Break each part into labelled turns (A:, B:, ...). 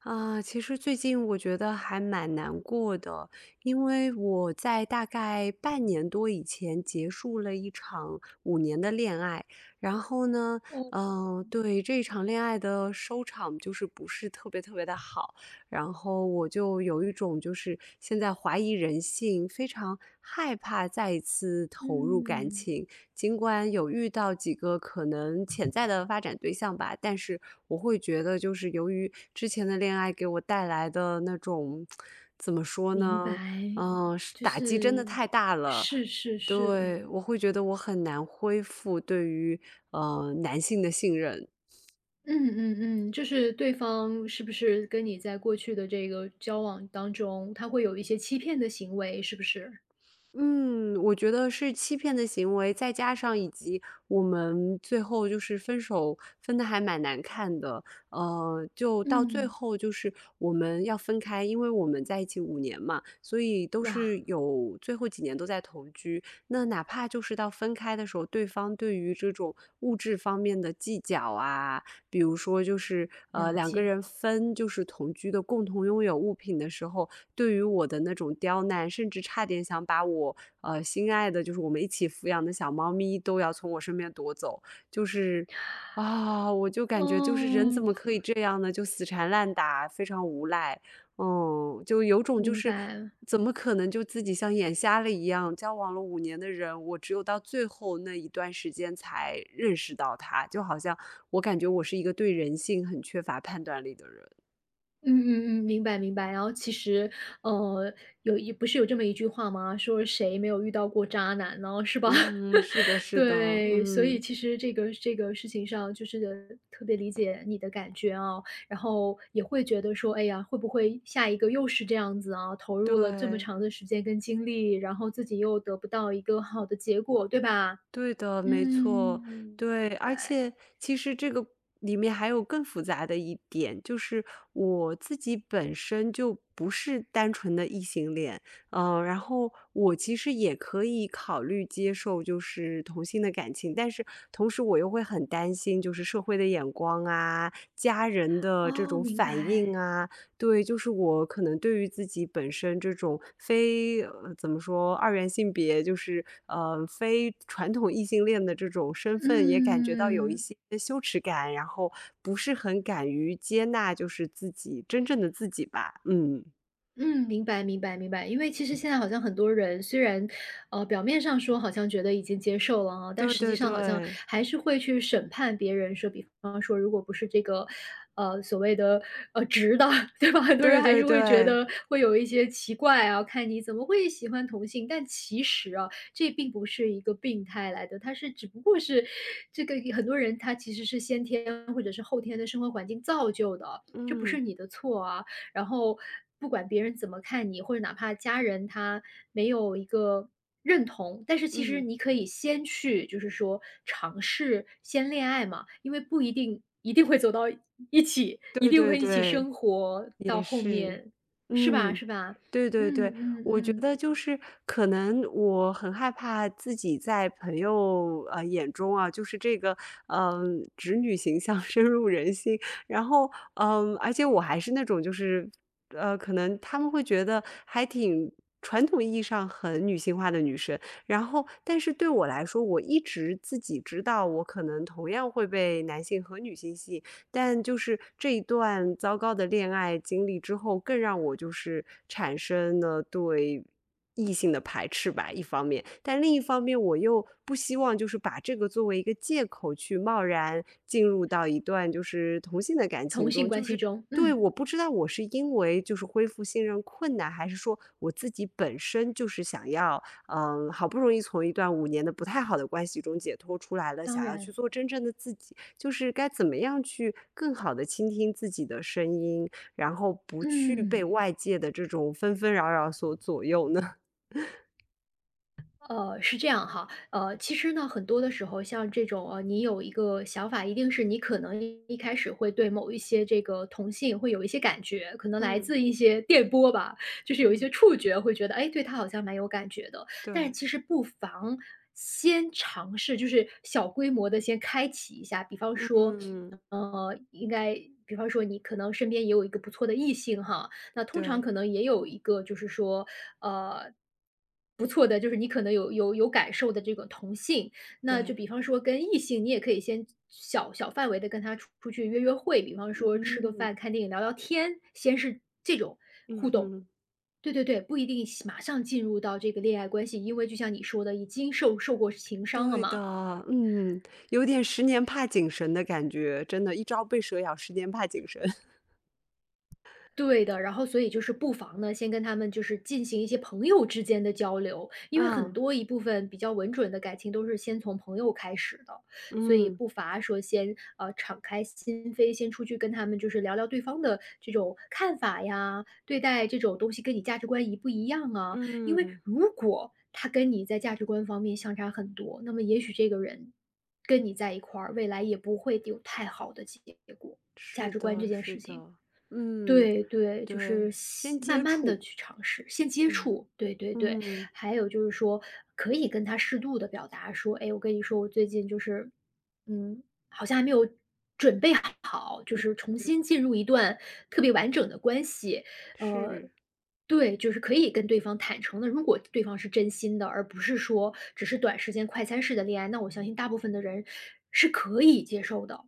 A: 啊，其实最近我觉得还蛮难过的，因为我在大概半年多以前结束了一场五年的恋爱，然后呢，
B: 哦，
A: 对这一场恋爱的收场就是不是特别特别的好，然后我就有一种就是现在怀疑人性，非常害怕再一次投入感
B: 嗯，
A: 情，尽管有遇到几个可能潜在的发展对象吧，但是我会觉得，就是由于之前的恋爱给我带来的那种，怎么说
B: 明
A: 呢？
B: 白，
A: 是
B: 就
A: 打击真的
B: 是，
A: 太大了。
B: 是是是，
A: 对，我会觉得我很难恢复对于男性的信任。
B: 嗯嗯嗯，就是对方是不是跟你在过去的这个交往当中，他会有一些欺骗的行为，是不是？
A: 嗯，我觉得是欺骗的行为，再加上以及我们最后就是分手分的还蛮难看的，就到最
B: 嗯，
A: 后就是我们要分开，因为我们在一起五年嘛，所以都
B: 哇，
A: 是有最后几年都在同居。那哪怕就是到分开的时候，对方对于这种物质方面的计较啊，比如说就是
B: 了
A: 两个
B: 解，
A: 人分就是同居的共同拥有物品的时候，对于我的那种刁难，甚至差点想把我心爱的，就是我们一起抚养的小猫咪都要从我身边夺走，就是啊，我就
B: 哦，
A: 感觉就是人怎么可以这样呢？就死缠烂打，非常无赖，嗯，就有种就
B: 明
A: 是
B: 白。
A: 怎么可能就自己像眼瞎了一样，交往了五年的人，我只有到最后那一段时间才认识到他，就好像我感觉我是一个对人性很缺乏判断力的人。
B: 嗯嗯嗯，明白明白。然后其实，呃，不是有这么一句话吗？说谁没有遇到过渣男呢，是吧？
A: 嗯，是的，是的，
B: 对，所以
A: 嗯。
B: 其实这个事情上，就是特别理解你的感觉啊，然后也会觉得说，哎呀，会不会下一个又是这样子啊？投入了这么
A: 对，
B: 长的时间跟精力，然后自己又得不到一个好的结果，对吧？
A: 对的，没错，
B: 嗯，
A: 对，
B: 明
A: 而
B: 白。
A: 且其实这个里面还有更复杂的一点，就是我自己本身就不是单纯的异性恋，然后我其实也可以考虑接受就是同性的感情，但是同时我又会很担心就是社会的眼光啊、家人的这
B: 哦，
A: 种
B: 明
A: 反
B: 白。
A: 应啊，对，就是我可能对于自己本身这种非怎么说，二元性别，就是非传统异性恋的这种身份，也感觉到有一
B: 嗯。
A: 些羞耻感，然后不是很敢于接纳，就是自己真正的自己吧。嗯，
B: 嗯，明白明白明白。因为其实现在好像很多人虽然，表面上说好像觉得已经接受了啊，但
A: 对
B: 实际
A: 对
B: 上好像
A: 对，
B: 还是会去审判别人，说比方说如果不是这个，所谓的，直的，对吧？很多人
A: 对
B: 还
A: 对
B: 是会觉
A: 对，
B: 得会有一些奇怪啊，看你怎么会喜欢同性？但其实啊，这并不是一个病态来的，它是只不过是这个很多人他其实是先天或者是后天的生活环境造就的，这不
A: 嗯
B: 是你的错啊。然后不管别人怎么看你，或者哪怕家人他没有一个认同，但是其实
A: 嗯，
B: 你可以先去，就是说尝试先恋爱嘛，因为不一定一定会走到一起，一
A: 对
B: 定
A: 对
B: 会一起
A: 对。
B: 生活
A: 也
B: 到后
A: 是，
B: 面，是吧？
A: 嗯，
B: 是吧？
A: 对对
B: 嗯
A: 对，
B: 嗯
A: 我觉
B: 嗯，
A: 得就是可能我很害怕自己在朋友眼中啊，就是这个直女形象 深入人心，然后而且我还是那种就是可能他们会觉得还挺。传统意义上很女性化的女生，然后，但是对我来说，我一直自己知道，我可能同样会被男性和女性吸引，但就是这一段糟糕的恋爱经历之后，更让我就是产生了对异性的排斥吧，一方面，但另一方面，我又不希望就是把这个作为一个借口去贸然进入到一段就是同性的感
B: 同
A: 情
B: 性
A: 中，就
B: 关系
A: 是
B: 中，
A: 对，
B: 嗯，
A: 我不知道我是因为就是恢复信任困难，还是说我自己本身就是想要，嗯，好不容易从一段五年的不太好的关系中解脱出来了，
B: 当
A: 想要去
B: 然，
A: 做真正的自己，就是该怎么样去更好的倾听自己的声音，然后不去被
B: 嗯。
A: 外界的这种纷纷扰扰所左右呢？
B: 是这样哈，其实呢，很多的时候，像这种你有一个想法，一定是你可能一开始会对某一些这个同性会有一些感觉，可能来
A: 嗯
B: 自一些电波吧，就是有一
A: 嗯，
B: 些触觉，会觉得，哎，对他好像蛮有感觉的。但是
A: 对，
B: 其实不妨先尝试，就是小规模的先开启一下，比方说，
A: 嗯，
B: 呃，应该，比方说你可能身边也有一个不错的异性哈，那通常
A: 对
B: 可能也有一个就是说，呃，不错的，就是你可能有感受的这个同性，那就
A: 对。
B: 比方说跟异性，你也可以先小小范围的跟他出去约会，比方说吃个
A: 嗯，
B: 饭、看电影、聊聊天，先是这种
A: 嗯
B: 互动。
A: 哼，
B: 对对对，不一定马上进入到这个恋爱关系，因为就像你说的，已经受过情伤了
A: 对
B: 嘛。
A: 的，嗯，有点"十年怕井绳"的感觉，真的，一朝被蛇咬，十年怕井绳。
B: 对的，然后所以就是不妨呢，先跟他们就是进行一些朋友之间的交流，因为很
A: 嗯
B: 多一部分比较稳准的感情都是先从朋友开始的，所以
A: 嗯
B: 不乏说先敞开心扉，先出去跟他们就是聊聊对方的这种看法呀，对待这种东西跟你价值观一不一样啊？因为
A: 嗯，
B: 如果他跟你在价值观方面相差很多，那么也许这个人跟你在一块儿，未来也不会有太好的结果。价
A: 是
B: 值观这
A: 的
B: 件
A: 是
B: 事情。
A: 的，嗯，
B: 对对，就是
A: 对，先
B: 先慢
A: 接
B: 慢的
A: 触，
B: 去尝试，先接
A: 嗯
B: 触，对对对。
A: 嗯
B: 还有就是说，可以跟他适度的表达说："哎，我跟你说，我最近就是，嗯，好像还没有准备好，就
A: 嗯，
B: 是重新进入一段特别完整的关系。"呃，
A: 是。
B: 对，就是可以跟对方坦诚的，如果对方是真心的，而不是说只是短时间快餐式的恋爱，那我相信大部分的人是可以接受的，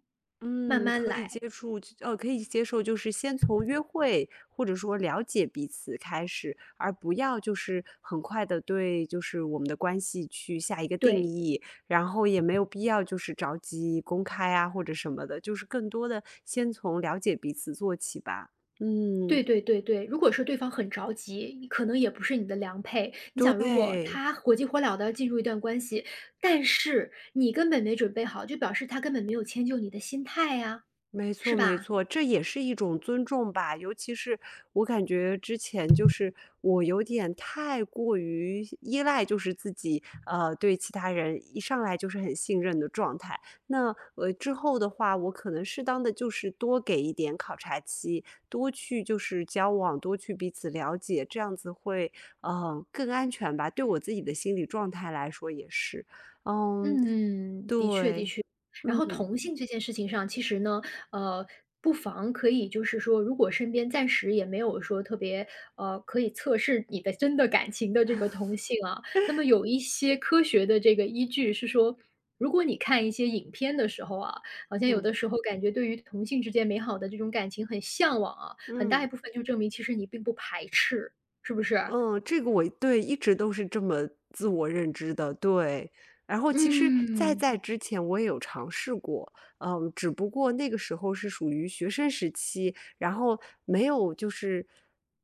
B: 慢
A: 嗯，
B: 慢来，
A: 可以接受，就是先从约会或者说了解彼此开始，而不要就是很快的对就是我们的关系去下一个定
B: 对。
A: 义，然后也没有必要就是着急公开啊或者什么的，就是更多的先从了解彼此做起吧。嗯，
B: 对对对对，如果是对方很着急，可能也不是你的良配。你想，如果
A: 对。
B: 他火急火燎的进入一段关系，但是你根本没准备好，就表示他根本没有迁就你的心态呀，
A: 没
B: 是
A: 错，没
B: 吧？
A: 错，这也是一种尊重吧。尤其是我感觉之前就是我有点太过于依赖，就是自己对其他人一上来就是很信任的状态。那之后的话，我可能适当的就是多给一点考察期，多去就是交往，多去彼此了解，这样子会更安全吧。对我自己的心理状态来说也是，嗯，
B: 嗯，的确的
A: 对，
B: 确。然
A: 嗯
B: 后
A: 嗯。
B: 同性这件事情上，其实呢，呃，不妨可以就是说，如果身边暂时也没有说特别，可以测试你的真的感情的这个同性啊，那么有一些科学的这个依据是说，如果你看一些影片的时候啊，好像有
A: 嗯
B: 的时候感觉对于同性之间美好的这种感情很向往啊，很大一
A: 嗯。
B: 部分就证明其实你并不排斥，是不是？
A: 嗯，这个我对，一直都是这么自我认知的，对。然后其实在
B: 嗯，
A: 在之前我也有尝试过，嗯，只不过那个时候是属于学生时期，然后没有就是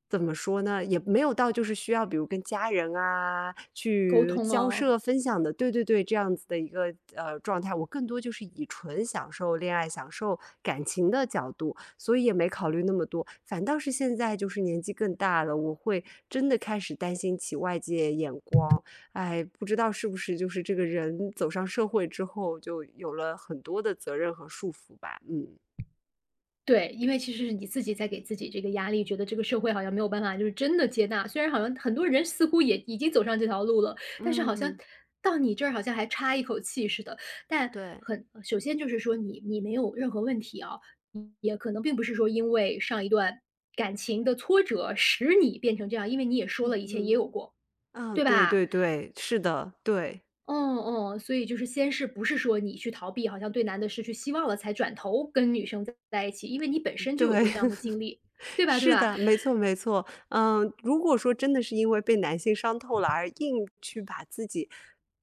A: 怎么说呢，也没有到就是需要比如跟家人啊
B: 沟
A: 去
B: 通
A: 交
B: 哦。
A: 涉分享的，对对对，这样子的一个状态，我更多就是以纯享受恋爱、享受感情的角度。所以也没考虑那么多。反倒是现在就是年纪更大了，我会真的开始担心起外界眼光。哎，不知道是不是就是这个人走上社会之后，就有了很多的责任和束缚吧。嗯
B: 对，因为其实是你自己在给自己这个压力，觉得这个社会好像没有办法就是真的接纳。虽然好像很多人似乎也已经走上这条路了，但是好像
A: 嗯，
B: 到你这儿好像还差一口气似的。但
A: 对，
B: 很首先就是说你没有任何问题啊，也可能并不是说因为上一段感情的挫折使你变成这样，因为你也说
A: 嗯
B: 了以前也
A: 嗯，
B: 有过，
A: 嗯，
B: 对
A: 对
B: 吧？
A: 对对，是的，对。
B: 嗯嗯，所以就是先是不是说你去逃避，好像对男的失去希望了，才转头跟女生在一起，因为你本身
A: 对，
B: 就有过这样的经历，对吧？对
A: 是
B: 吧？
A: 的，没错没错。嗯，如果说真的是因为被男性伤透了而硬去把自己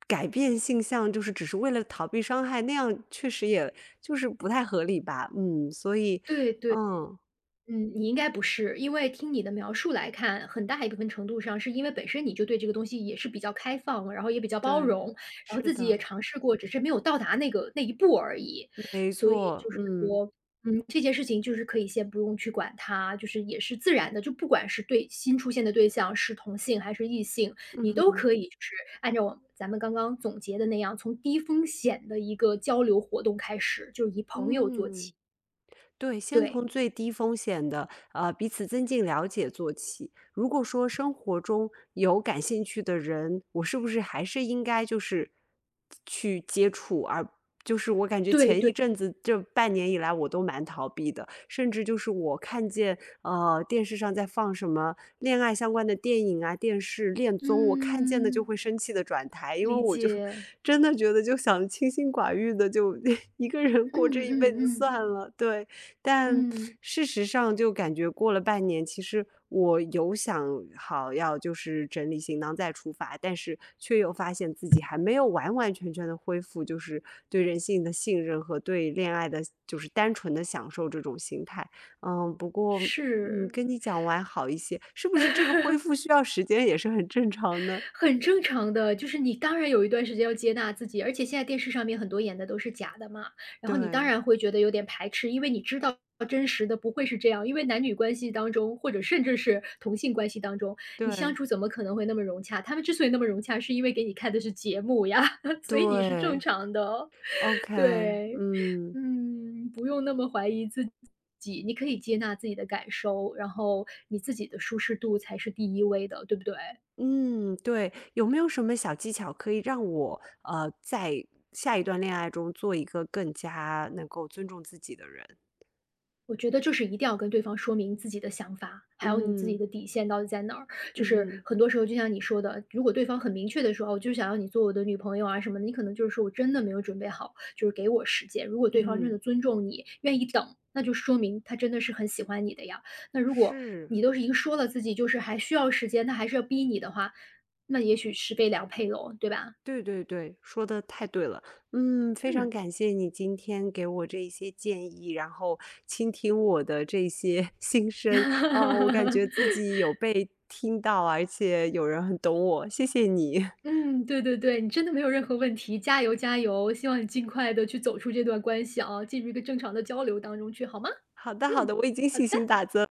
A: 改变性向，就是只是为了逃避伤害，那样确实也就是不太合理吧。嗯，所以，
B: 对对，
A: 嗯，
B: 嗯，你应该不是，因为听你的描述来看，很大一部分程度上是因为本身你就对这个东西也是比较开放，然后也比较包
A: 对，
B: 容，然后
A: 是
B: 自己也
A: 的，
B: 尝试过，只是没有到达那一步而已。
A: 没
B: 所以
A: 错，
B: 就是
A: 嗯，
B: 说，这件事情就是可以先不用去管它，就是也是自然的，就不管是对新出现的对象是同性还是异性，你
A: 嗯
B: 都
A: 嗯
B: 可以就是按照咱们刚刚总结的那样，从低风险的一个交流活动开始，就是以朋友做
A: 嗯。
B: 起。
A: 对，先
B: 对，
A: 从最低风险的，彼此增进了解做起。如果说生活中有感兴趣的人，我是不是还是应该就是去接触，而就是我感觉
B: 对
A: 前一
B: 对，
A: 阵子这半年以来我都蛮逃避的，甚至就是我看见电视上在放什么恋爱相关的电影啊、电视恋综，我看见的就
B: 嗯，
A: 会生气的转台，因为
B: 理
A: 我就
B: 解，
A: 真的觉得就想清心寡欲的就 一个人过
B: 嗯
A: 这一辈
B: 嗯
A: 子
B: 嗯
A: 算了，对。但
B: 嗯，
A: 事实上就感觉过了半年，其实我有想好要就是整理行囊再出发，但是却又发现自己还没有完完全全的恢复，就是对人性的信任和对恋爱的就是单纯的享受这种心态。嗯，不过
B: 是。
A: 跟你讲完好一些，是不是这个恢复需要时间也是很正常的？
B: 很正常的，就是你当然有一段时间要接纳自己，而且现在电视上面很多演的都是假的嘛，然后你当
A: 对
B: 然会觉得有点排斥，因为你知道真实的不会是这样，因为男女关系当中，或者甚至是同性关系当中，你相
A: 对
B: 处怎么可能会那么融洽？他们之所以那么融洽，是因为给你看的是节目呀，所以你是正
A: 对
B: 常的哦。
A: ，OK，
B: 对，
A: 嗯。
B: 嗯，不用那么怀疑自己，你可以接纳自己的感受，然后你自己的舒适度才是第一位的，对不对？
A: 嗯，对，有没有什么小技巧可以让我，在下一段恋爱中做一个更加能够尊重自己的人？
B: 我觉得就是一定要跟对方说明自己的想法，还有你自己
A: 嗯，
B: 的底线到底在哪儿。就
A: 嗯
B: 是
A: 哼
B: 很多时候，就像你说的，如果对方很明确的说："哦，我就是想要你做我的女朋友啊什么的。"你可能就是说："我真的没有准备好，就是给我时间。"如果对方真的
A: 嗯，
B: 尊重你，愿意等，那就说明他真的是很喜欢你的呀。那如果
A: 是，
B: 你都是一个说了自己就是还需要时间，他还是要逼你的话，那也许是被良配喽，对吧？
A: 对对对，说的太对了。嗯，非常
B: 嗯。
A: 感谢你今天给我这一些建议，然后倾听我的这些 心声。啊，我感觉自 己有被听到，而且有人很懂我，谢谢你。
B: 嗯，对对对，你真的没有任何问题，加油加油！希望你尽快的去走出这段关系啊，进入一个正常的交流当中去，好吗？
A: 好的，好的，
B: 嗯，
A: 我已经
B: 好
A: 信
B: 的。
A: 心大增。